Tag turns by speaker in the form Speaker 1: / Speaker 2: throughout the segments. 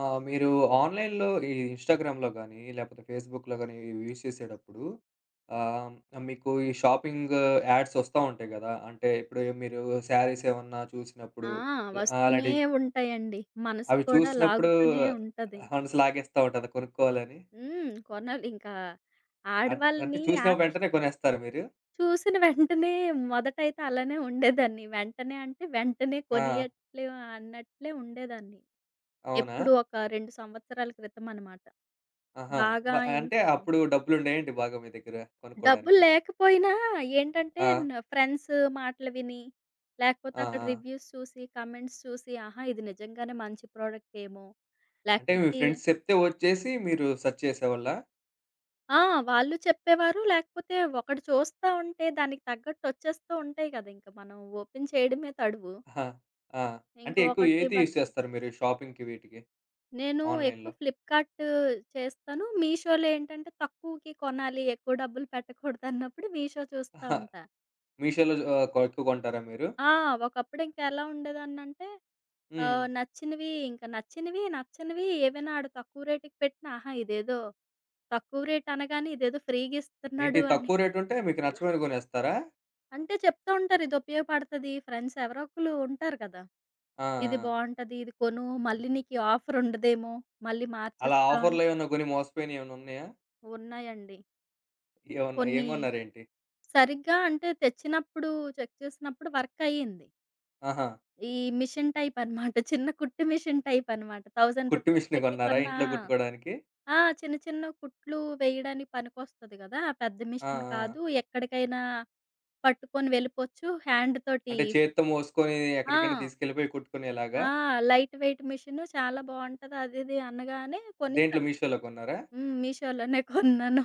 Speaker 1: ఆ! మీరు ఆన్‌లైన్‌లో ఈ ఇన్‌స్టాగ్రామ్‌లో గానీ, లేపోతే ఫేస్‌బుక్‌లో గానీ ఇవి యూజ్ చేసేటప్పుడు ఆహ్, మీకు ఈ షాపింగ్ యాడ్స్ ఒస్తా ఉంటాయి గదా! అంటే ఇప్పుడు మీరు శారీస్ ఏమన్నా చూసినప్పుడు
Speaker 2: ఆ! వస్తూనే
Speaker 1: అలాంటివి
Speaker 2: ఉంటాయండి. మనసు
Speaker 1: అవి
Speaker 2: కూడా
Speaker 1: చూసినప్పుడు
Speaker 2: లాగుతూనే ఉంటది.
Speaker 1: మనసు లాగేస్తా ఉంటదా కొనుక్కోవాలని?
Speaker 2: హ్మ్. కొనాలింకా.
Speaker 1: అంటే
Speaker 2: ఆడవాళ్ళని
Speaker 1: చూసిన
Speaker 2: ఆకర్ష్
Speaker 1: వెంటనే కొనేస్తారా మీరు?
Speaker 2: చూసిన వెంటనే మొదటైతే అలానే ఉండేదాన్ని. వెంటనే అంటే వెంటనే
Speaker 1: ఆ!
Speaker 2: కొనియట్లే అన్నట్లే ఉండేదాన్ని.
Speaker 1: అవునా?
Speaker 2: ఎప్పుడు ఒక 2 సంవత్సరాల క్రితం అనమాట.
Speaker 1: ఆహా!
Speaker 2: బాగా
Speaker 1: అంటే
Speaker 2: ఇంకా
Speaker 1: అప్పుడు డబ్బులుండేయండి బాగా మీ దగ్గర
Speaker 2: డబ్బులు
Speaker 1: కొనుక్కోడానికి?
Speaker 2: లేకపోయినా ఏంటంటే
Speaker 1: ఆ!
Speaker 2: న ఫ్రెండ్స్ మాటలు విని, లేకపోతే
Speaker 1: ఆ!
Speaker 2: అక్కడ
Speaker 1: ఆ!
Speaker 2: రివ్యూస్ చూసి, కమెంట్స్ చూసి, ఆహా! ఇది నిజంగానే మంచి ప్రోడక్టేమో!
Speaker 1: అంటే మీ
Speaker 2: లేకపోతే
Speaker 1: ఫ్రెండ్స్ చెప్తే ఒచ్చేసి మీరు సెర్చ్ చేసేవాళ్ళా?
Speaker 2: ఆ! వాళ్ళు చెప్పేవారు. లేకపోతే ఒకటి చూస్తా ఉంటే దానికి తగ్గట్టు వచ్చేస్తూ ఉంటాయి కదా! ఇంక మనం ఓపెన్ చేయడమే తడువు.
Speaker 1: ఆహా! ఆ!
Speaker 2: ఇంక
Speaker 1: అంటే ఎక్కువ
Speaker 2: ఒకటి
Speaker 1: ఏది యూజ్
Speaker 2: బట్టి
Speaker 1: చేస్తారు మీరు షాపింగ్‌కి వీటికి
Speaker 2: నేను ఎక్కువ
Speaker 1: ఆన్‌లైన్‌లో?
Speaker 2: ఫ్లిప్‌కార్ట్ చేస్తాను. మీషోలో ఏంటంటే తక్కువకి కొనాలి, ఎక్కువ డబ్బులు పెట్టకూడదన్నప్పుడు మీషో చూస్తా
Speaker 1: ఆహా!
Speaker 2: ఉంటా.
Speaker 1: మీషోలో ఎక్కువ కొంటారా మీరు?
Speaker 2: ఆ! ఒకప్పుడు ఇంక ఎలా ఉండేదాన్నంటే
Speaker 1: హ్మ్.
Speaker 2: నచ్చినవి ఇంక నచ్చినవి, నచ్చనివి ఏవైనా ఆడు తక్కువ రేటుకి పెట్టిన ఆహా! ఇదేదో తక్కువ రేట్ అనగానే ఇదేదో
Speaker 1: ఏంటి
Speaker 2: ఫ్రీ‌గిస్తున్నాడు అని
Speaker 1: తక్కువ రేట్ ఉంటే మీకు నచ్చమైనవి కొనేస్తారా?
Speaker 2: అంటే చెప్తా ఉంటారు. ఇది ఉపయోగపడతది. ఫ్రెండ్స్ ఎవరో ఒకళ్ళు ఉంటారు కదా!
Speaker 1: ఆ!
Speaker 2: ఇది
Speaker 1: ఆ!
Speaker 2: బావుంటది. ఇది కొను. మళ్ళీ నీకు ఈ ఆఫర్ ఉండదేమో! మళ్ళీ
Speaker 1: అలా
Speaker 2: మార్చేస్తా ఉం
Speaker 1: ఆఫర్‌లో ఏమన్నా కొని మోసపోయినవి ఏమన్నా ఉన్నాయా?
Speaker 2: ఉన్నాయండి.
Speaker 1: ఏమన్నా ఏం
Speaker 2: కొన్ని
Speaker 1: కొన్నారేంటి?
Speaker 2: సరిగ్గా అంటే తెచ్చినప్పుడు చెక్ చేసినప్పుడు వర్క్ అయ్యింది.
Speaker 1: ఆహా!
Speaker 2: ఈ మిషన్ టైప్ అనమాట. చిన్న కుట్టు మిషన్ టైప్ అనమాట. 1000
Speaker 1: కుట్టు
Speaker 2: రూపీస్
Speaker 1: మిషన్
Speaker 2: పెట్టి
Speaker 1: కొన్నారా
Speaker 2: కొన్న
Speaker 1: ఇంట్లో కుట్టుకోవడానికి?
Speaker 2: ఆ! చిన్న చిన్న కుట్లు వేయడానికి పనికొస్తది కదా! ఆ పెద్ద
Speaker 1: ఆ!
Speaker 2: మిషన్
Speaker 1: ఆ!
Speaker 2: కాదు. ఎక్కడికైనా పట్టుకొని వెళ్ళిపోవచ్చు. హ్యాండ్ తోటి
Speaker 1: అంటే చేత్తో మోసుకొని ఎక్కడికైనా
Speaker 2: ఆ!
Speaker 1: తీసుకెళ్ళిపోయి కుట్టుకునేలాగా?
Speaker 2: ఆ! లైట్ వెయిట్ మిషన్ చాలా బావుంటది. అది ఇది అనగానే
Speaker 1: దేంట్లో
Speaker 2: కొనేసాను.
Speaker 1: మీషోలో కొన్నారా?
Speaker 2: హ్మ్. మీషోలోనే కొన్నాను.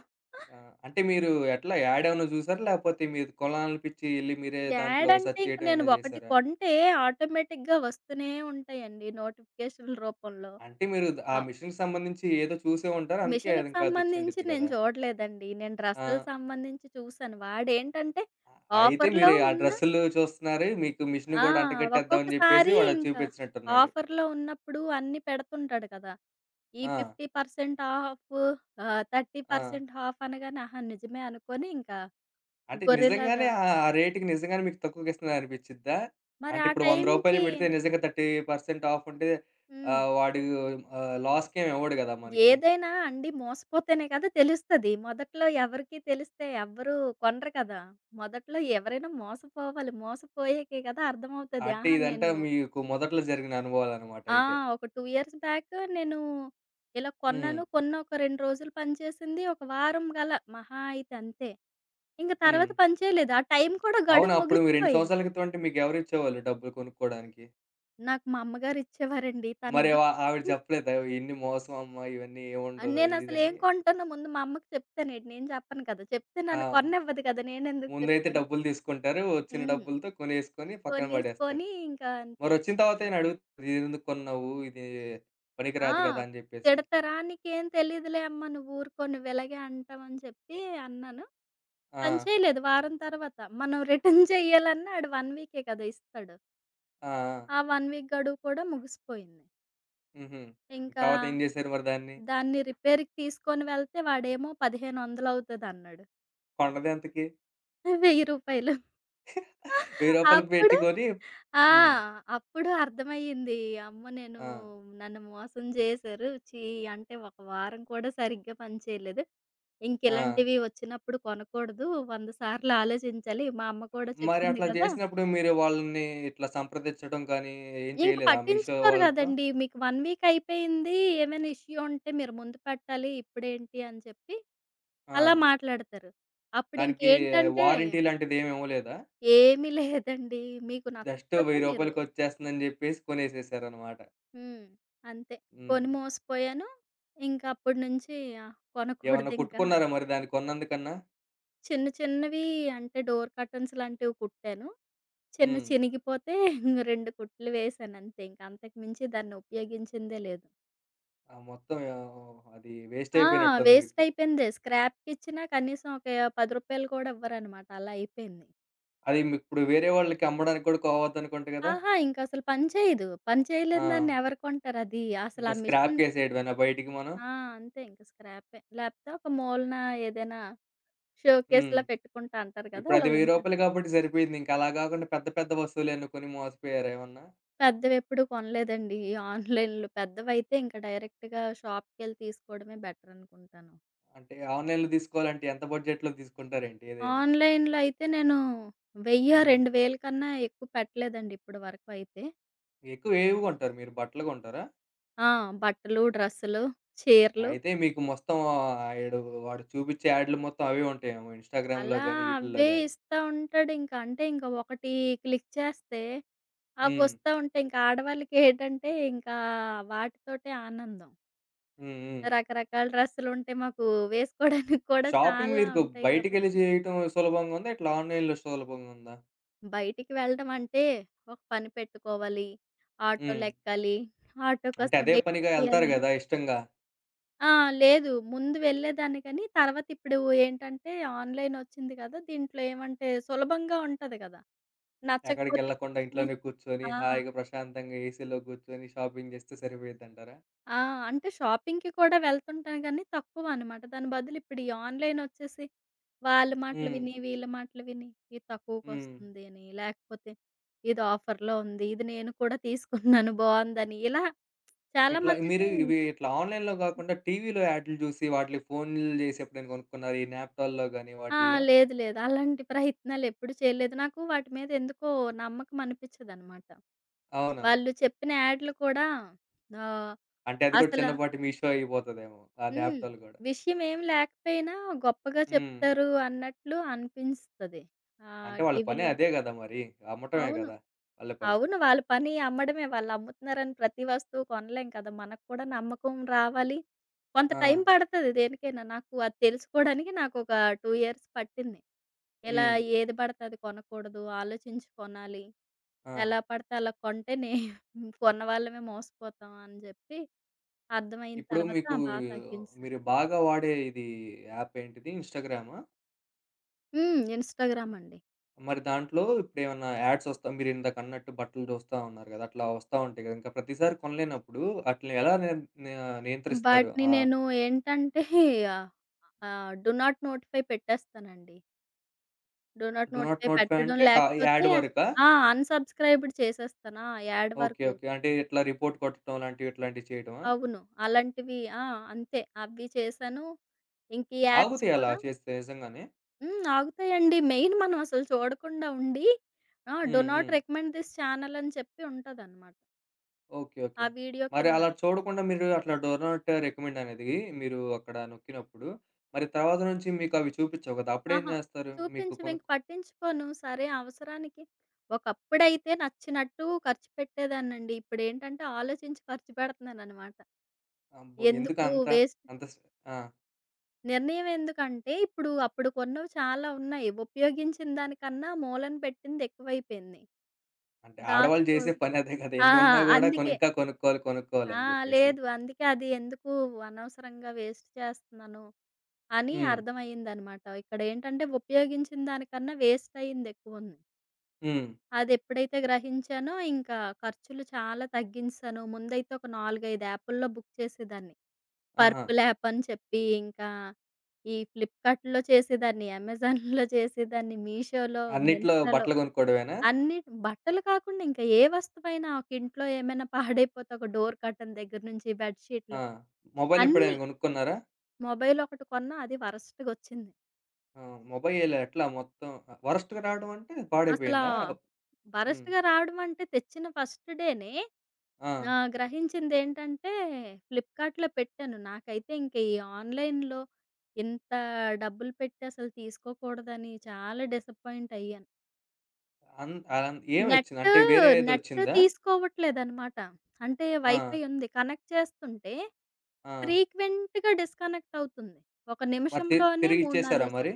Speaker 1: ఆ! అంటే మీరు ఎట్లా యాడ్ ఏమన్నా చూసారా? లేకపోతే మీరు కొనాలనిపించి ఎళ్లి మీరే దాంట్లో
Speaker 2: యాడ్ అంటే
Speaker 1: సెర్చ్
Speaker 2: ఇంక
Speaker 1: చేయడం
Speaker 2: నేను
Speaker 1: ఏమైనా
Speaker 2: ఒకటి
Speaker 1: చేసారా?
Speaker 2: కొంటే ఆటోమేటిక్‌గా వస్తూనే ఉంటాయండి నోటిఫికేషన్‌ల రూపంలో.
Speaker 1: అంటే మీరు ఆ
Speaker 2: ఆ!
Speaker 1: మిషన్‌కి సంబంధించి ఏదో చూసే ఉంటారు. అందుకే అది
Speaker 2: మిషన్‌కి
Speaker 1: ఇంకా
Speaker 2: సంబంధించి
Speaker 1: తెచ్చుండిద్ది
Speaker 2: నేను
Speaker 1: గదా!
Speaker 2: చూడలేదండి. నేను
Speaker 1: ఆ!
Speaker 2: డ్రెస్సులు సంబంధించి చూసాను. వాడేంటంటే
Speaker 1: ఆ- అయితే
Speaker 2: ఆఫర్‌లో
Speaker 1: మీరు ఆ
Speaker 2: ఉన్న
Speaker 1: డ్రెస్సులు చూస్తున్నారు. మీకు మిషన్
Speaker 2: ఆ!
Speaker 1: గూడా అంటగట్టేద్దామని
Speaker 2: ఒక్కొక్కసారి
Speaker 1: జెప్పేసి వాడది
Speaker 2: ఇంకా
Speaker 1: చూపించినట్టున్నాడు.
Speaker 2: ఆఫర్‌లో ఉన్నప్పుడు అన్నీ పెడుతుంటాడు కదా! ఈ
Speaker 1: ఆ!
Speaker 2: 50% ఆఫ్
Speaker 1: ఆ!
Speaker 2: 30% ఆఫ్ అనగానే ఆహా! నిజమే అనుకోని ఇంకా
Speaker 1: అంటే నిజంగానే
Speaker 2: గొర్రెలాగా
Speaker 1: ఆ ఆ రేట్‌కి నిజంగానే మీకు తక్కువకిస్తున్నాడు అనిపిచ్చిద్దా?
Speaker 2: మరి
Speaker 1: అంటే
Speaker 2: ఆ
Speaker 1: ఇప్పుడు రూ. 100
Speaker 2: టైంకి.
Speaker 1: పెడితే నిజంగా 30% ఆఫ్ ఉంటే
Speaker 2: హ్మ్.
Speaker 1: వాడు లాస్‌కేమి ఇవ్వడు గదా! మనకి.
Speaker 2: ఏదైనా అండి మోసపోతేనే కదా తెలుస్తది. మొదట్లో ఎవరికీ తెలిస్తే ఎవ్వరు కొనరు కదా! మొదట్లో ఎవరైనా మోసపోవాలి. మోసపోయాకే కదా అర్థమవుతది.
Speaker 1: అంటే
Speaker 2: ఆహా!
Speaker 1: ఇదంతా
Speaker 2: నేను
Speaker 1: మీకు మొదట్లో జరిగిన అనుభవాలనమాట
Speaker 2: ఆ!
Speaker 1: అయితే.
Speaker 2: ఒక 2 ఇయర్స్ బ్యాక్ నేను ఇలా
Speaker 1: హ్మ్.
Speaker 2: కొన్నాను. కొన్న ఒక 2 రోజులు పనిచేసింది. ఒక వారం గల మహా అయితే అంతే. ఇంక
Speaker 1: హ్మ్.
Speaker 2: తర్వాత పని చేయలేదు. ఆ టైం కూడా
Speaker 1: అవునా!
Speaker 2: గడువు
Speaker 1: అప్పుడు మీ 2
Speaker 2: ముగిసిపోయింది.
Speaker 1: సంవత్సరాల క్రితం అంటే మీకెవరిచ్చేవాళ్ళు డబ్బులు కొనుక్కోడానికి?
Speaker 2: నాకు మా అమ్మగారు ఇచ్చేవారండి. తను
Speaker 1: మరి
Speaker 2: ఇవ్వక
Speaker 1: ఆవిడ
Speaker 2: హ్మ్.
Speaker 1: చెప్పలేదా? ఇన్ని మోసం అమ్మ, ఇవన్నీ ఏముండదు అది
Speaker 2: నేనసలు ఏం
Speaker 1: ఇదని?
Speaker 2: కొంటానో ముందు మా అమ్మకి చెప్తానండి. నేను చెప్పను కదా! చెప్తే
Speaker 1: ఆ!
Speaker 2: నన్ను కొననివ్వదు కదా! నేనెందుకు
Speaker 1: ముందైతే
Speaker 2: చెప్తాను.
Speaker 1: డబ్బులు తీసుకుంటారు. వచ్చిన
Speaker 2: హ్మ్.
Speaker 1: డబ్బులతో కొనేసుకొని పక్కన పడేస్తారు.
Speaker 2: కొనేసుకొని ఇంకా అంతే.
Speaker 1: మరొచ్చిన తర్వాత ఆయన అడుగుతుంది, "ఇదెందుకు కొన్నావు? ఇది
Speaker 2: ఆ!
Speaker 1: పనికిరాదు కదా!" అని చెప్పేసి.
Speaker 2: తిడతారా? "నీకేం తెలీదులే అమ్మ నువ్వు ఊరుకో. నువ్వు ఇలాగే అంటావు" అని చెప్పి అన్నాను. పని
Speaker 1: ఆ!
Speaker 2: చేయలేదు వారం తర్వాత. మనం రిటర్న్ చెయ్యాలన్నా ఆడు 1 వీకే కదా ఇస్తాడు.
Speaker 1: ఆ! ఆ!
Speaker 2: ఆ 1 వీక్ గడువు కూడా ముగిసిపోయింది.
Speaker 1: హుహు.
Speaker 2: ఇంకా
Speaker 1: తర్వాత ఏం చేశారు మరి దాన్ని?
Speaker 2: దాన్ని రిపేర్‌కి తీసుకొని వెళ్తే వాడేమో 1500 అవుతదన్నాడు.
Speaker 1: కొన్నదెంతకి?
Speaker 2: రూ. 1000
Speaker 1: రూ. 1000 పెట్టి
Speaker 2: అప్పుడు
Speaker 1: కొని
Speaker 2: ఆ!
Speaker 1: హ్మ్.
Speaker 2: అప్పుడు అర్థమయ్యింది. అమ్మో! నేను
Speaker 1: ఆ!
Speaker 2: నన్ను మోసం చేశారు. ఛీ! అంటే ఒక వారం కూడా సరిగ్గా పని చేయలేదు.
Speaker 1: ఆ!
Speaker 2: ఇంకిలాంటివి వచ్చినప్పుడు కొనకూడదు. 100 సార్లు ఆలోచించాలి. మా అమ్మ
Speaker 1: ఆ!
Speaker 2: కూడా
Speaker 1: మరి
Speaker 2: చెప్పింది
Speaker 1: అట్లా
Speaker 2: కదా!
Speaker 1: జేసినప్పుడు మీరు వాళ్ళని ఇట్లా సంప్రదించడం గానీ, ఏం
Speaker 2: ఇంక
Speaker 1: చేయలేదా మీషో
Speaker 2: పట్టించుకోరు
Speaker 1: వాళ్ళతో?
Speaker 2: గదండీ. మీకు 1 వీక్ అయిపోయింది. ఏమైనా ఇష్యూ ఉంటే మీరు ముందు పెట్టాలి. ఇప్పుడేంటి అని చెప్పి
Speaker 1: ఆ!
Speaker 2: అలా మాట్లాడతారు. అప్పుడు
Speaker 1: దానికి
Speaker 2: ఇంకేంటంటే
Speaker 1: వారంటీ లాంటిదేమి ఇవ్వలేదా?
Speaker 2: ఏమీ లేదండి. మీకు
Speaker 1: జస్ట్ రూ.
Speaker 2: నచ్చకపోతే మీరు
Speaker 1: 1000కి వచ్చేస్తుందని జెప్పేసి కొనేసేసారనమాట.
Speaker 2: హ్మ్. అంతే.
Speaker 1: హ్మ్.
Speaker 2: కొని మోసపోయాను. ఇంకా అప్పటి నుంచి ఆ!
Speaker 1: ఏమన్నా
Speaker 2: కొనకూడదింకా.
Speaker 1: కొట్టుకున్నారా మరి దాన్ని కొన్నందుకన్నా?
Speaker 2: చిన్న చిన్నవి అంటే డోర్ కర్టన్స్ లాంటివి కుట్టాను. చిన్న
Speaker 1: హ్మ్.
Speaker 2: చినిగిపోతే 2 కుట్లు వేశాను అంతే. ఇంక అంతకు మించి దాన్ని ఉపయోగించిందే లేదు.
Speaker 1: ఆ మొత్తం అది వేస్ట్
Speaker 2: ఆ!
Speaker 1: అయిపోయినట్టుంది
Speaker 2: వేస్ట్
Speaker 1: మీకు.
Speaker 2: అయిపోయిందే. స్క్రాప్‌కిచ్చినా కనీసం ఒక రూ. 10 కూడా ఇవ్వరనమాట. అలా అయిపోయింది.
Speaker 1: అది మీకిప్పుడు వేరే వాళ్ళకి అమ్మడానికి కూడా కోవద్దనుకుంట గదా?
Speaker 2: ఆహా! ఇంకసలు పని చేయదు. పని
Speaker 1: ఆ!
Speaker 2: చేయలేని దాన్ని ఎవరు కొంటారు? అది అసలు
Speaker 1: ఇంకా
Speaker 2: ఆ మిషన్.
Speaker 1: స్క్రాప్‌కేసేయడమేనా బయటికి మనం?
Speaker 2: ఆ! అంతే ఇంక స్క్రాపే. లేపోతే ఒక మూలన ఏదైనా
Speaker 1: హ్మ్.
Speaker 2: షోకేస్‌లా పెట్టుకుంటా అంటారు కదా! అలా
Speaker 1: ఇప్పుడది రూ.
Speaker 2: ఉంచడం.
Speaker 1: 1000 కాబట్టి సరిపోయింది. ఇంక అలా గాకుండా పెద్ద పెద్ద వస్తువులేమన్నా కొని మోసపోయారా ఏమన్నా?
Speaker 2: పెద్దవెప్పుడు కొనలేదండి. ఈ ఆన్‌లైన్‌లో పెద్దవైతే ఇంక డైరెక్ట్‌గా షాప్‌కెళ్ళి తీసుకోవడమే బెటర్ అనుకుంటాను.
Speaker 1: అంటే ఆన్‌లైన్‌లో తీసుకోవాలంటే ఎంత బడ్జెట్‌లో తీసుకుంటారేంటి ఏదైనా?
Speaker 2: ఆన్‌లైన్‌లో అయితే నేను 1000,
Speaker 1: హ్మ్.
Speaker 2: 2000 కన్నా ఎక్కువ పెట్టలేదండి ఇప్పటి వరకు అయితే.
Speaker 1: ఎక్కువ ఏవి కొంటారు మీరు? బట్టలు కొంటారా?
Speaker 2: ఆ! బట్టలు, డ్రెస్సులు, చీరలు
Speaker 1: అయితే మీకు మొత్తం ఈడు వాడు చూపిచ్చే యాడ్‌లు మొత్తం అవే ఉంటాయేమో ఇన్‌స్టాగ్రామ్‌లో
Speaker 2: అలా
Speaker 1: గాని, వీటిల్లో
Speaker 2: అవే
Speaker 1: గాని.
Speaker 2: ఇస్తా ఉంటాడింక. అంటే ఇంక ఒకటి క్లిక్ చేస్తే
Speaker 1: హ్మ్.
Speaker 2: అవొస్తా ఉంటాయి. ఇంక ఆడవాళ్ళకేటంటే ఇంకా వాటితోటే ఆనందం.
Speaker 1: హ్మ్. హ్మ్.
Speaker 2: రకరకాల డ్రెస్సులుంటే మాకు వేసుకోడానికి కూడా
Speaker 1: షాపింగ్
Speaker 2: చాలా
Speaker 1: మీకు
Speaker 2: ఉంటాయి
Speaker 1: బయటికెళ్ళి
Speaker 2: గాబట్టి,
Speaker 1: చేయటం సులభంగా ఉందా? ఇట్లా ఆన్‌లైన్‌లో సులభంగా ఉందా?
Speaker 2: బయటికి వెళ్ళడం అంటే ఒక పని పెట్టుకోవాలి.
Speaker 1: హ్మ్.
Speaker 2: ఆటోలెక్కాలి. ఆటో
Speaker 1: అంటే
Speaker 2: కోసం
Speaker 1: అదే
Speaker 2: వెయిట్
Speaker 1: పనిగా ఎళ్తారు
Speaker 2: చేయాలి.
Speaker 1: గదా! ఇష్టంగా.
Speaker 2: ఆ! లేదు. ముందు వెళ్ళేదాన్ని కానీ, తర్వాత ఇప్పుడు ఏంటంటే ఆన్‌లైన్ వచ్చింది కదా! దీంట్లో ఏమంటే సులభంగా ఉంటది కదా! నచ్చకపోతే
Speaker 1: ఎక్కడికెళ్ళకుండా
Speaker 2: వెంటనే.
Speaker 1: ఇంట్లోనే కూర్చొని
Speaker 2: ఆ!
Speaker 1: హాయిగా ప్రశాంతంగా ఏసీలో కూర్చొని షాపింగ్ చేస్తే సరిపోయిద్దంటారా?
Speaker 2: ఆ! అంటే షాపింగ్‌కి కూడా వెళ్తుంటాను కానీ తక్కువ అనమాట. దాని బదులు ఇప్పుడు ఈ ఆన్‌లైన్ వచ్చేసి వాళ్ళ మాటలు
Speaker 1: హ్మ్.
Speaker 2: విని, వీళ్ళ మాటలు విని ఇది
Speaker 1: హ్మ్.
Speaker 2: తక్కువకొస్తుంది అని, లేకపోతే ఇది ఆఫర్‌లో ఉంది. ఇది నేను కూడా తీసుకున్నాను బావుందని ఇలా చాలా
Speaker 1: ఇట్లా
Speaker 2: మందిని.
Speaker 1: మీరు ఇవి ఇట్లా ఆన్‌లైన్‌లో గాకుండా టీవీలో యాడ్‌లు జూసి వాటిలకి ఫోన్‌లు జేసి ఎప్పుడైనా గొనుక్కున్నారా? ఈ న్యాప్‌టాల్‌లో గాని
Speaker 2: ఆ!
Speaker 1: వాటిల్లో?
Speaker 2: లేదు. లేదు. అలాంటి ప్రయత్నాలెప్పుడు చేయలేదు. నాకు వాటి మీద ఎందుకో నమ్మకం అనిపిచ్చదనమాట.
Speaker 1: అవునా?
Speaker 2: వాళ్ళు చెప్పిన యాడ్లు కూడా ఆహ్,
Speaker 1: అంటే అది గూడా
Speaker 2: అసల
Speaker 1: చిన్నపాటి మీషో అయిపోతదేమో. ఆ
Speaker 2: హ్మ్.
Speaker 1: న్యాప్‌టాల్ గూడా.
Speaker 2: విషయమేం లేకపోయినా గొప్పగా
Speaker 1: హ్మ్.
Speaker 2: చెప్తారు అన్నట్లు అనిపిస్తది.
Speaker 1: అంటే వాళ్ళ పనే
Speaker 2: టీవీలో.
Speaker 1: అదే గదా మరి. అమ్మటమే
Speaker 2: అవును.
Speaker 1: గదా! వాళ్ళ పని.
Speaker 2: అవును. వాళ్ళ పని అమ్మడమే. వాళ్ళమ్ముతున్నారని ప్రతి వస్తువు కొనలేం కదా! మనకు కూడా నమ్మకం రావాలి. కొంత
Speaker 1: ఆ!
Speaker 2: టైం పడతది దేనికైనా. నాకు అది తెలుసుకోవడానికి నాకొక 2 ఇయర్స్ పట్టింది. ఇలా
Speaker 1: హ్మ్.
Speaker 2: ఏది పడితే అది కొనకూడదు. ఆలోచించి కొనాలి.
Speaker 1: ఆ!
Speaker 2: ఎలా పడితే అలా కొంటే నే కొన్న వాళ్ళమే మోసపోతాం అని జెప్పి అర్థమైన
Speaker 1: ఇప్పుడు
Speaker 2: తర్వాత
Speaker 1: మీకు
Speaker 2: బా తగ్గించా.
Speaker 1: మీరు బాగా వాడే ఇది యాప్ ఏంటిది? ఇన్‌స్టాగ్రామా?
Speaker 2: హ్మ్. ఇన్‌స్టాగ్రామ్ అండి.
Speaker 1: మరి దాంట్లో ఇప్పుడేమన్నా యాడ్స్ వస్తా మీరిందాకన్నట్టు బట్టలు చూస్తా ఉన్నారు గదా! అట్లా వస్తా ఉంటాయి గదా! ఇంకా ప్రతిసారి కొనలేనప్పుడు ఆటిలిని ఎలా నియ నియంత్రిస్తారు?
Speaker 2: వాటిని నేను ఏంటంటే ఆహ్, ఆహ్, డు నాట్ నోటిఫై పెట్టేస్తానండి. Do not
Speaker 1: do not
Speaker 2: notify
Speaker 1: notify
Speaker 2: పెట్టడం
Speaker 1: అంటే ఆ
Speaker 2: లేకపోతే
Speaker 1: యాడ్ వరకా?
Speaker 2: ఆ! అన్‌సబ్‌స్క్రైబ్‌డ్ చేసేస్తానా యాడ్
Speaker 1: ఓకే.
Speaker 2: వరకు.
Speaker 1: ఓకే. అంటే ఇట్లా రిపోర్ట్ కొట్టడం లాంటివి, ఇట్లాంటివి చేయడమా?
Speaker 2: అవును. అలాంటివి ఆ! అంతే అవి చేశాను. ఇంక ఈ యాప్స్
Speaker 1: ఆగుతాయి అలా
Speaker 2: కూడా
Speaker 1: చేస్తే నిజంగానే.
Speaker 2: హ్మ్. ఆగుతాయండి. మెయిన్ మనం అసలు చూడకుండా ఉండి ఆ! డూ
Speaker 1: హ్మ్. హ్మ్.
Speaker 2: నాట్ రికమెండ్ థిస్ ఛానల్ అని చెప్పి ఉంటదనమాట.
Speaker 1: ఓకే.
Speaker 2: ఆ
Speaker 1: ఓకే.
Speaker 2: వీడియో
Speaker 1: మరి
Speaker 2: కింద.
Speaker 1: అలా చూడకుండా మీరు అట్లా డు నాట్ రికమెండ్ అనేది మీరు అక్కడ నొక్కినప్పుడు, మరి తర్వాత నుంచి మీకవి చూపిచ్చవు గదా! అప్పుడేం
Speaker 2: ఆహా!
Speaker 1: జేస్తారు? మీకు
Speaker 2: చూపించవు. ఇంక పట్టించుకోను. సరే అవసరానికి ఒకప్పుడైతే నచ్చినట్టు ఖర్చు పెట్టేదాన్నండి. ఇప్పుడేంటంటే ఆలోచించి ఖర్చు పెడుతున్నాననమాట.
Speaker 1: అబ్బో!
Speaker 2: ఎందుకు
Speaker 1: ఎందుకంత?
Speaker 2: వేస్ట్
Speaker 1: అంత అంత స్ ఆ!
Speaker 2: నిర్ణయం ఎందుకంటే ఇప్పుడు అప్పుడు కొన్నవి చాలా ఉన్నాయి. ఉపయోగించిన దానికన్నా మూలన పెట్టింది ఎక్కువైపోయింది.
Speaker 1: అంటే ఆడవాళ్ళు చేసే
Speaker 2: దాచుకోవడం
Speaker 1: పని అదే కదా!
Speaker 2: ఆ!
Speaker 1: ఎన్నున్నా గూడా
Speaker 2: అందుకే.
Speaker 1: ఇంకా కొనుక్కోవాలి, కొనుక్కోవాలి
Speaker 2: ఆ!
Speaker 1: అని జెప్పేసి.
Speaker 2: లేదు. అందుకే అది ఎందుకు అనవసరంగా వేస్ట్ చేస్తున్నాను అని
Speaker 1: హ్మ్.
Speaker 2: అర్థమయ్యిందనమాట. ఇక్కడేంటంటే ఉపయోగించిన దానికన్నా వేస్ట్ అయింది ఎక్కువుంది.
Speaker 1: హ్మ్.
Speaker 2: అదెప్పుడైతే గ్రహించానో ఇంకా ఖర్చులు చాలా తగ్గించేశాను. ముందైతే ఒక 4, 5 యాపుల్లో బుక్ చేసేదాన్ని.
Speaker 1: ఆహా!
Speaker 2: పర్పుల్ యాప్ అని చెప్పి, ఇంకా ఈ ఫ్లిప్‌కార్ట్‌లో చేసేదాన్ని, అమెజాన్‌లో చేసేదాన్ని, మీషోలో,
Speaker 1: అన్నిట్లో
Speaker 2: మింత్రాలో
Speaker 1: బట్టలు కొనుక్కోవడమేనా?
Speaker 2: అన్ని బట్టలు కాకుండా ఇంకా ఏ వస్తువైనా ఒక ఇంట్లో ఏమైనా పాడైపోతే ఒక డోర్ కర్టెన్ దగ్గర నుంచి బెడ్
Speaker 1: ఆ!
Speaker 2: షీట్‌లు
Speaker 1: మొబైల్ ఎప్పుడైనా
Speaker 2: అన్నీ.
Speaker 1: కొనుక్కున్నారా?
Speaker 2: మొబైల్ ఒకటి కొన్నా అది వరస్ట్‌గొచ్చింది.
Speaker 1: ఆ! మొబైల్ ఎట్లా మొత్తం వరస్ట్‌గా రావడం అంటే
Speaker 2: అసలా
Speaker 1: పాడైపోయిందా? హ్మ్.
Speaker 2: వరస్ట్‌గా రావడం అంటే తెచ్చిన ఫస్ట్ డేనే
Speaker 1: ఆ!
Speaker 2: గ్రహించిందేంటంటే ఫ్లిప్‌కార్ట్‌లో పెట్టాను. నాకైతే ఇంక ఈ ఆన్‌లైన్‌లో ఇంత డబ్బులు పెట్టి అసలు తీసుకోకూడదని చాలా డిసప్పాయింట్ అయ్యాను.
Speaker 1: అన్ అన్ ఏమొచ్చింది?
Speaker 2: నెట్,
Speaker 1: అంటే
Speaker 2: నెట్
Speaker 1: వేరేదొచ్చిందా?
Speaker 2: తీసుకోవట్లేదనమాట. అంటే
Speaker 1: ఆ!
Speaker 2: వైఫై ఉంది. కనెక్ట్ చేస్తుంటే
Speaker 1: ఆ!
Speaker 2: ఫ్రీక్వెంట్‌గా డిస్కనెక్ట్ అవుతుంది. ఒక
Speaker 1: మరి
Speaker 2: నిమిషంలోనే 3,
Speaker 1: తిరిగిచ్చేసారా
Speaker 2: 4
Speaker 1: మరి?
Speaker 2: సార్లు.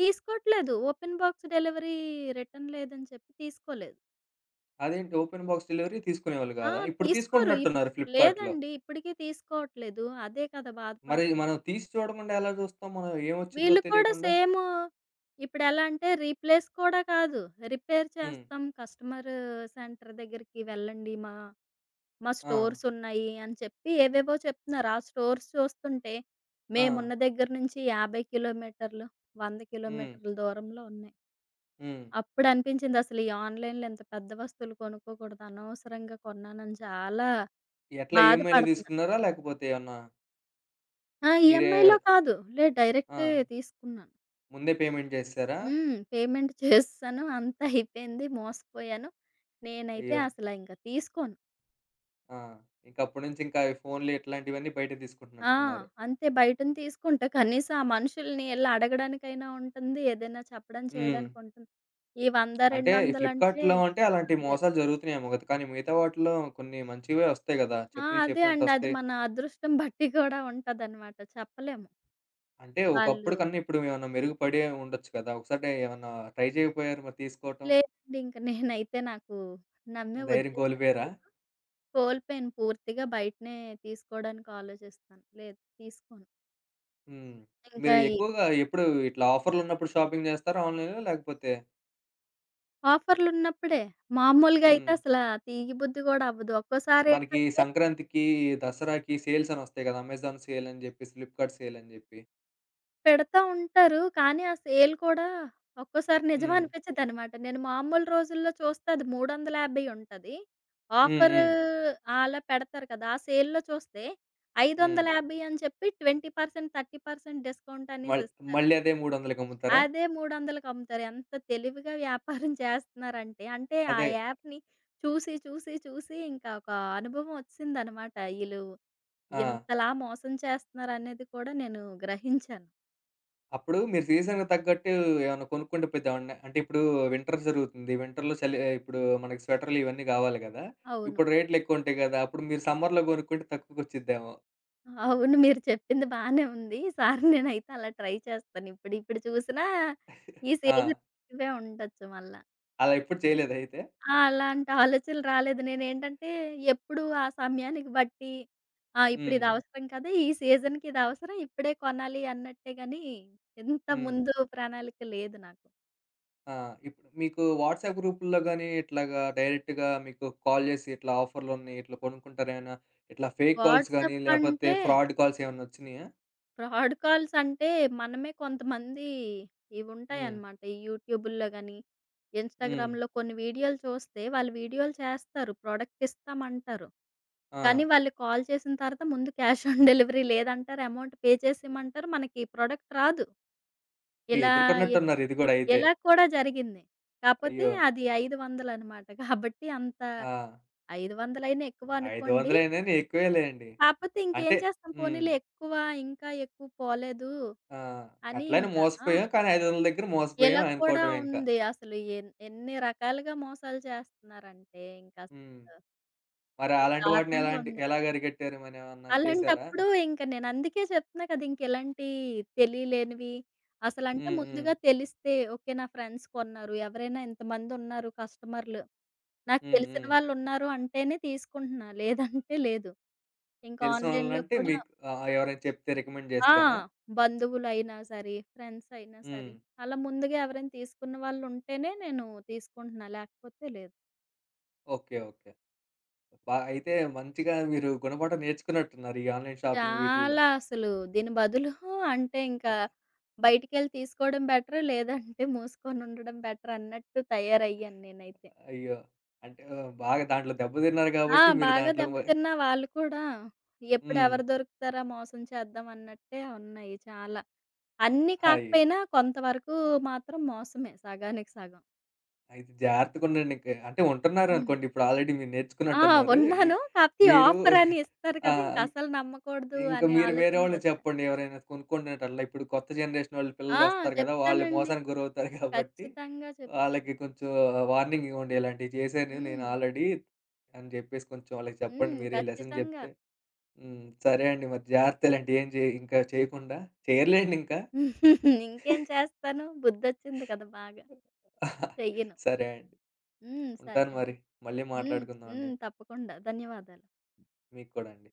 Speaker 2: తీసుకోవట్లేదు. ఓపెన్ బాక్స్ డెలివరీ రిటర్న్ లేదని చెప్పి తీసుకోలేదు.
Speaker 1: అదేంటి ఓపెన్ బాక్స్ డెలివరీ తీసుకునేవాళ్ళు
Speaker 2: ఆ!
Speaker 1: గాదా? ఇప్పుడు
Speaker 2: తీసుకోరు. ఇప్
Speaker 1: తీసుకుంటున్నట్టున్నారు ఫ్లిప్‌కార్ట్‌లో.
Speaker 2: లేదండి. ఇప్పటికి తీసుకోవట్లేదు. అదే కదా
Speaker 1: మరి మనం
Speaker 2: బాధపడుతున్నాను.
Speaker 1: తీసి చూడకుండా ఎలా జూస్తాం? మనం ఏమొచ్చిందో
Speaker 2: వీళ్ళు కూడా
Speaker 1: తెలియకుండా?
Speaker 2: సేమ్ ఇప్పుడెలా అంటే రీప్లేస్ కూడా కాదు. రిపేర్
Speaker 1: హ్మ్.
Speaker 2: చేస్తాం. కస్టమర్ సెంటర్ దగ్గరికి వెళ్ళండి. మా మా
Speaker 1: ఆ!
Speaker 2: స్టోర్స్ ఉన్నాయి అని చెప్పి ఏవేవో చెప్తున్నారు. ఆ స్టోర్స్ చూస్తుంటే
Speaker 1: ఆ!
Speaker 2: మేమున్న దగ్గర నుంచి 50 కిలోమీటర్లు, 100
Speaker 1: హ్మ్.
Speaker 2: కిలోమీటర్ల దూరంలో ఉన్నాయి.
Speaker 1: హ్మ్.
Speaker 2: అప్పుడనిపించిందసలు ఈ ఆన్‌లైన్‌లో ఇంత పెద్ద వస్తువులు కొనుక్కోకూడదు, అనవసరంగా కొన్నానని చాలా
Speaker 1: ఎట్లా ఈఎంఐలో
Speaker 2: బాధపడుతున్నా.
Speaker 1: తీసుకున్నారా? లేకపోతే ఏమన్నా
Speaker 2: ఆ!
Speaker 1: మీరే
Speaker 2: ఈఎంఐలో కాదు. లేదు
Speaker 1: ఆ!
Speaker 2: డైరెక్టే తీసుకున్నాను.
Speaker 1: ముందే పేమెంట్ చేసేసారా?
Speaker 2: హ్మ్. పేమెంట్ చేసేసాను. అంతా అయిపోయింది. మోసపోయాను. నేనైతే
Speaker 1: అయ్యో!
Speaker 2: అసల ఇంక తీసుకోను.
Speaker 1: ఆ! ఇంక అప్పటి నుంచి ఇంకా ఈ ఫోన్‌లు ఇట్లాంటివన్నీ బయట
Speaker 2: ఆ!
Speaker 1: తీసుకుంటున్నట్టున్నారు.
Speaker 2: అంతే బయటని తీసుకుంటా. కనీసం ఆ మనుషుల్ని యెళ్లి అడగడానికైనా ఉంటుంది. ఏదైనా చెప్పడం
Speaker 1: హ్మ్.
Speaker 2: చేయడానికుంటుంది. ఈ 100,
Speaker 1: అంటే ఈ
Speaker 2: 200 అంటే
Speaker 1: ఫ్లిప్‌కార్ట్‌లో అంటే అలాంటి
Speaker 2: పర్లేదు.
Speaker 1: మోసాలు జరుగుతున్నాయేమో కదా! కానీ మిగతా వాటిలో కొన్ని మంచివే వస్తాయి కదా!
Speaker 2: ఆ!
Speaker 1: చెప్పినయి
Speaker 2: అదే
Speaker 1: చెప్పినట్టు
Speaker 2: అండి. అది
Speaker 1: వస్తాయి.
Speaker 2: మన అదృష్టం బట్టి కూడా ఉంటదనమాట. చెప్పలేము.
Speaker 1: అంటే ఒకప్పుడు
Speaker 2: వాళ్ళు
Speaker 1: కన్నా ఇప్పుడు ఏమన్నా మెరుగుపడే ఉండొచ్చు కదా! ఒకసారి ఏమన్నా ట్రై చేయకపోయారు మరి తీసుకోవటం?
Speaker 2: లేదండి. ఇంక నేనైతే నాకు నమ్మే
Speaker 1: ధైర్యం
Speaker 2: ఉద్దేశం
Speaker 1: కోల్పోయారా?
Speaker 2: లేదు. కోల్పోయాను పూర్తిగా బయటనే తీసుకోవడానికి ఆలోచిస్తాను. లేదు తీసుకోను.
Speaker 1: హ్మ్.
Speaker 2: ఇంకా
Speaker 1: మీరు
Speaker 2: ఈ
Speaker 1: ఎక్కువగా ఎప్పుడు ఇట్లా ఆఫర్‌లున్నప్పుడు షాపింగ్ జేస్తారా ఆన్‌లైన్‌లో? లేకపోతే
Speaker 2: ఆఫర్‌లున్నప్పుడే మామూలుగా అయితే
Speaker 1: హ్మ్.
Speaker 2: అసల తీయబుద్ధి గూడా అవ్వదు.
Speaker 1: మనకి
Speaker 2: ఒక్కోసారేంటంటే
Speaker 1: సంక్రాంతికి, దసరాకి సేల్స్ అనొస్తాయి గదా! అమెజాన్ సేల్ అని జెప్పి, ఫ్లిప్‌కార్ట్ సేల్ అని జెప్పి.
Speaker 2: పెడతా ఉంటారు. కానీ, ఆ సేల్ కూడా ఒక్కోసారి నిజం
Speaker 1: హ్మ్.
Speaker 2: అనిపించదనమాట. నేను మామూలు రోజుల్లో చూస్తే అది 350 ఉంటది.
Speaker 1: హ్మ్.
Speaker 2: ఆఫర్
Speaker 1: హ్మ్.
Speaker 2: అలా పెడతారు కదా! ఆ సేల్‌లో చూస్తే
Speaker 1: హ్మ్.
Speaker 2: 550 అని చెప్పి 20%, 30% డిస్కౌంట్
Speaker 1: మళ్
Speaker 2: అనేసి ఇస్తారు.
Speaker 1: మళ్ళీ అదే 300కి అమ్ముతారా?
Speaker 2: అదే 300కి అమ్ముతారు. ఎంత తెలివిగా వ్యాపారం చేస్తున్నారంటే, అంటే ఆ
Speaker 1: అదే
Speaker 2: యాప్‌ని చూసి, చూసి, చూసి ఇంకా ఒక అనుభవం వచ్చిసిందనమాట. ఈళ్ళు
Speaker 1: ఆ!
Speaker 2: ఇంతలా మోసం చేస్తున్నారనేది కూడా నేను గ్రహించాను.
Speaker 1: అప్పుడు మీరు సీజన్‌కి తగ్గట్టు ఏమన్నా కొనుక్కుంటే పోయేదేమన్నా అంటే ఇప్పుడు వింటర్ జరుగుతుంది. వింటర్‌లో చలి ఇప్పుడు మనకి స్వెటర్‌లు ఇవన్నీ గావాలి గదా!
Speaker 2: అవును.
Speaker 1: ఇప్పుడు రేట్‌లెక్కువుంటాయి గదా! అప్పుడు మీరు సమ్మర్‌లో గొనుక్కుంటే తక్కువకొచ్చిద్దేమో.
Speaker 2: అవును. మీరు చెప్పింది బానే ఉంది. ఈసారి నేనైతే అలా ట్రై చేస్తాను. ఇప్పుడు ఇప్పుడు చూసినా ఈ
Speaker 1: ఆ!
Speaker 2: సీజన్ ఇవే ఉండొచ్చు మళ్ళా.
Speaker 1: అలా ఎప్పుడు చేయలేదా అయితే?
Speaker 2: ఆ! అలాంటి ఆలోచనలు రాలేదు. నేనేంటంటే ఎప్పుడు ఆ సమయానికి బట్టి ఆ! ఇప్పుడు
Speaker 1: హ్మ్.
Speaker 2: ఇది అవసరం కదా! ఈ సీజన్‌కి ఇది అవసరం ఇప్పుడే కొనాలి అన్నట్టే గాని ఇంత
Speaker 1: హ్మ్.
Speaker 2: ముందు ప్రణాళిక లేదు నాకు.
Speaker 1: ఆ! ఇప్పుడు మీకు వాట్సాప్ గ్రూపుల్లో గాని, ఇట్లాగా డైరెక్ట్‌గా మీకు కాల్ జేసి ఇట్లా ఆఫర్‌లున్నాయి, ఇట్లా కొనుక్కుంటారేమైనా, ఇట్లా ఫేక్ కాల్స్ గాని,
Speaker 2: వాట్సాప్
Speaker 1: లేపోతే
Speaker 2: అంటే
Speaker 1: ఫ్రాడ్ కాల్స్ ఏమన్నా వచ్చినియా?
Speaker 2: ఫ్రాడ్ కాల్స్ అంటే మనమే కొంతమంది
Speaker 1: హ్మ్.
Speaker 2: ఇవుంటాయన్నమాట. ఈ యూట్యూబుల్లో గాని,
Speaker 1: హ్మ్.
Speaker 2: ఇన్‌స్టాగ్రామ్‌లో కొన్ని వీడియోలు చూస్తే వాళ్ళు వీడియోలు చేస్తారు. ప్రొడక్ట్ ఇస్తామంటారు.
Speaker 1: ఆ!
Speaker 2: కానీ వాళ్ళు కాల్ చేసిన తర్వాత ముందు క్యాష్ ఆన్ డెలివరీ లేదంటారు. అమౌంట్ పే చేసేయమంటారు. మనకి ప్రొడక్ట్ రాదు. ఇలా ఎ
Speaker 1: ఎదుర్కొన్నట్టున్నారు ఇది గూడా అయితే.
Speaker 2: ఇలా కూడా జరిగింది. కాపోతే
Speaker 1: అయ్యో!
Speaker 2: అది 500 అనమాట. కాబట్టి అంత
Speaker 1: ఆ!
Speaker 2: 500 అయినా ఎక్కువ అనుకోండి.
Speaker 1: 500 ఎక్కువేలెండి.
Speaker 2: కాపోతే
Speaker 1: అంటే
Speaker 2: ఇంకేం చేస్తాం
Speaker 1: హ్మ్.
Speaker 2: పోనీలే ఎక్కువ ఇంకా ఎక్కువ పోలేదు
Speaker 1: ఆ!
Speaker 2: అని
Speaker 1: అట్లనే
Speaker 2: ఇంకా ఆ!
Speaker 1: మోసపోయాం. కానీ 500 దగ్గర మోసపోయాం
Speaker 2: ఇలా కూడా
Speaker 1: అనుకోవటమే ఇంకా.
Speaker 2: ఉంది. అసలు ఎన్ ఎన్ని రకాలుగా మోసాలు చేస్తున్నారంటే
Speaker 1: హ్మ్.
Speaker 2: ఇంకసలు
Speaker 1: మరి అలాంటి వాటిని
Speaker 2: దారుణంగా
Speaker 1: ఎలాంటి
Speaker 2: ఉంది.
Speaker 1: ఎలాగ అరిగట్టారు? మరేమన్నా చేసారా?
Speaker 2: అలాంటప్పుడు ఇంక నేను అందుకే చెప్తున్నా కదా! ఇంక ఇలాంటి తెలియలేనివి అసలంటే
Speaker 1: హ్మ్. హ్మ్.
Speaker 2: ముందుగా తెలిస్తే ఓకే. నా ఫ్రెండ్స్ కొన్నారు. ఎవరైనా ఇంతమందున్నారు కస్టమర్లు. నాకు
Speaker 1: హ్మ్.
Speaker 2: తెలిసిన
Speaker 1: హ్మ్.
Speaker 2: వాళ్ళున్నారు అంటేనే తీసుకుంటున్నా. లేదంటే లేదు. ఇంకా ఆన్‌లైన్‌లో
Speaker 1: తెలిసినోళ్ళంటే
Speaker 2: కూడా
Speaker 1: మీకు ఎవరైనా చెప్తే రికమెండ్
Speaker 2: ఆ!
Speaker 1: జేస్తేనా?
Speaker 2: బంధువులైనా సరే, ఫ్రెండ్స్ అయినా
Speaker 1: హ్మ్.
Speaker 2: సరే. అలా ముందుగా ఎవరైనా తీసుకున్న వాళ్ళుంటేనే నేను తీసుకుంటున్నా. లేకపోతే లేదు.
Speaker 1: ఓకే. ఓకే. బా అయితే మంచిగా మీరు గుణపాఠం నేర్చుకున్నట్టున్నారు ఈ ఆన్‌లైన్ షాపింగ్ వీటిల్లో.
Speaker 2: చాలా అసలు దీని బదులు అంటే ఇంకా
Speaker 1: ఆహ్,
Speaker 2: బయటికెళ్ళి తీసుకోవడం బెటర్. లేదంటే మూసుకొని ఉండడం బెటర్ అన్నట్టు తయారయ్యాను నేనైతే.
Speaker 1: అయ్యో! అంటే బాగా దాంట్లో దెబ్బతిన్నారు
Speaker 2: ఆ!
Speaker 1: గాబట్టి మీరు
Speaker 2: బాగా
Speaker 1: దాంట్లో
Speaker 2: దెబ్బతిన్న వాళ్ళు కూడా ఎప్పుడు
Speaker 1: హ్మ్.
Speaker 2: ఎవరు దొరుకుతారా మోసం చేద్దాం అన్నట్టే ఉన్నాయి చాలా. అన్నీ
Speaker 1: అయ్యో!
Speaker 2: కాకపోయినా కొంతవరకు మాత్రం మోసమే సగానికి సగం.
Speaker 1: అయితే జాగ్రత్తగుండండి ఇంక. అంటే
Speaker 2: హ్మ్.
Speaker 1: ఉంటున్నారనుకోండి ఇప్పుడు ఆల్రెడీ మీరు
Speaker 2: ఆ!
Speaker 1: నేర్చుకున్నట్టున్నారు. ఈ
Speaker 2: ఉన్నాను. కాపోతే ఈ
Speaker 1: మీరు
Speaker 2: ఆఫరని ఇస్తారు
Speaker 1: ఆ!
Speaker 2: కదా! ఇంకసలు నమ్మకూడదు
Speaker 1: ఇంక
Speaker 2: అనే
Speaker 1: మీరు వేరే వాళ్ళకి
Speaker 2: ఆలోచనకొచ్చా.
Speaker 1: చెప్పండి ఎవరైనా కొనుక్కుంటున్నట్టట్లా. ఇప్పుడు కొత్త జనరేషన్ వాళ్ళు
Speaker 2: ఆ!
Speaker 1: పిల్లలొస్తారు కదా! వాళ్ళు
Speaker 2: చెప్తానండి.
Speaker 1: మోసానికి గురవుతారు కాబట్టి,
Speaker 2: ఖచ్చితంగా చెప్తాను.
Speaker 1: వాళ్ళకి కొంచెం వార్నింగ్ ఇవ్వండి. ఇలాంటివి చేశాను నేను
Speaker 2: హ్మ్.
Speaker 1: ఆల్రెడీ అని జెప్పేసి కొంచెం వాళ్ళకి చెప్పండి.
Speaker 2: హ్మ్.
Speaker 1: మీరే లెసన్
Speaker 2: ఖచ్చితంగా.
Speaker 1: జెప్తే హ్మ్. సరే అండి. మరి జాగ్రత్త ఇలాంటివి ఏం చే ఇంకా చేయకుండా. చేయరులేండి ఇంకా.
Speaker 2: ఇంకేం చేస్తాను? బుద్ధొచ్చింది కదా! బాగా. చెయ్యను.
Speaker 1: సరే అండి.
Speaker 2: హ్మ్. సరే
Speaker 1: ఉంటాను
Speaker 2: అండి.
Speaker 1: మరి. మళ్ళీ
Speaker 2: హ్మ్.
Speaker 1: మాట్లాడుకుందాం అండి.
Speaker 2: హ్మ్. తప్పకుండా. ధన్యవాదాలు.
Speaker 1: మీకు కూడా అండి.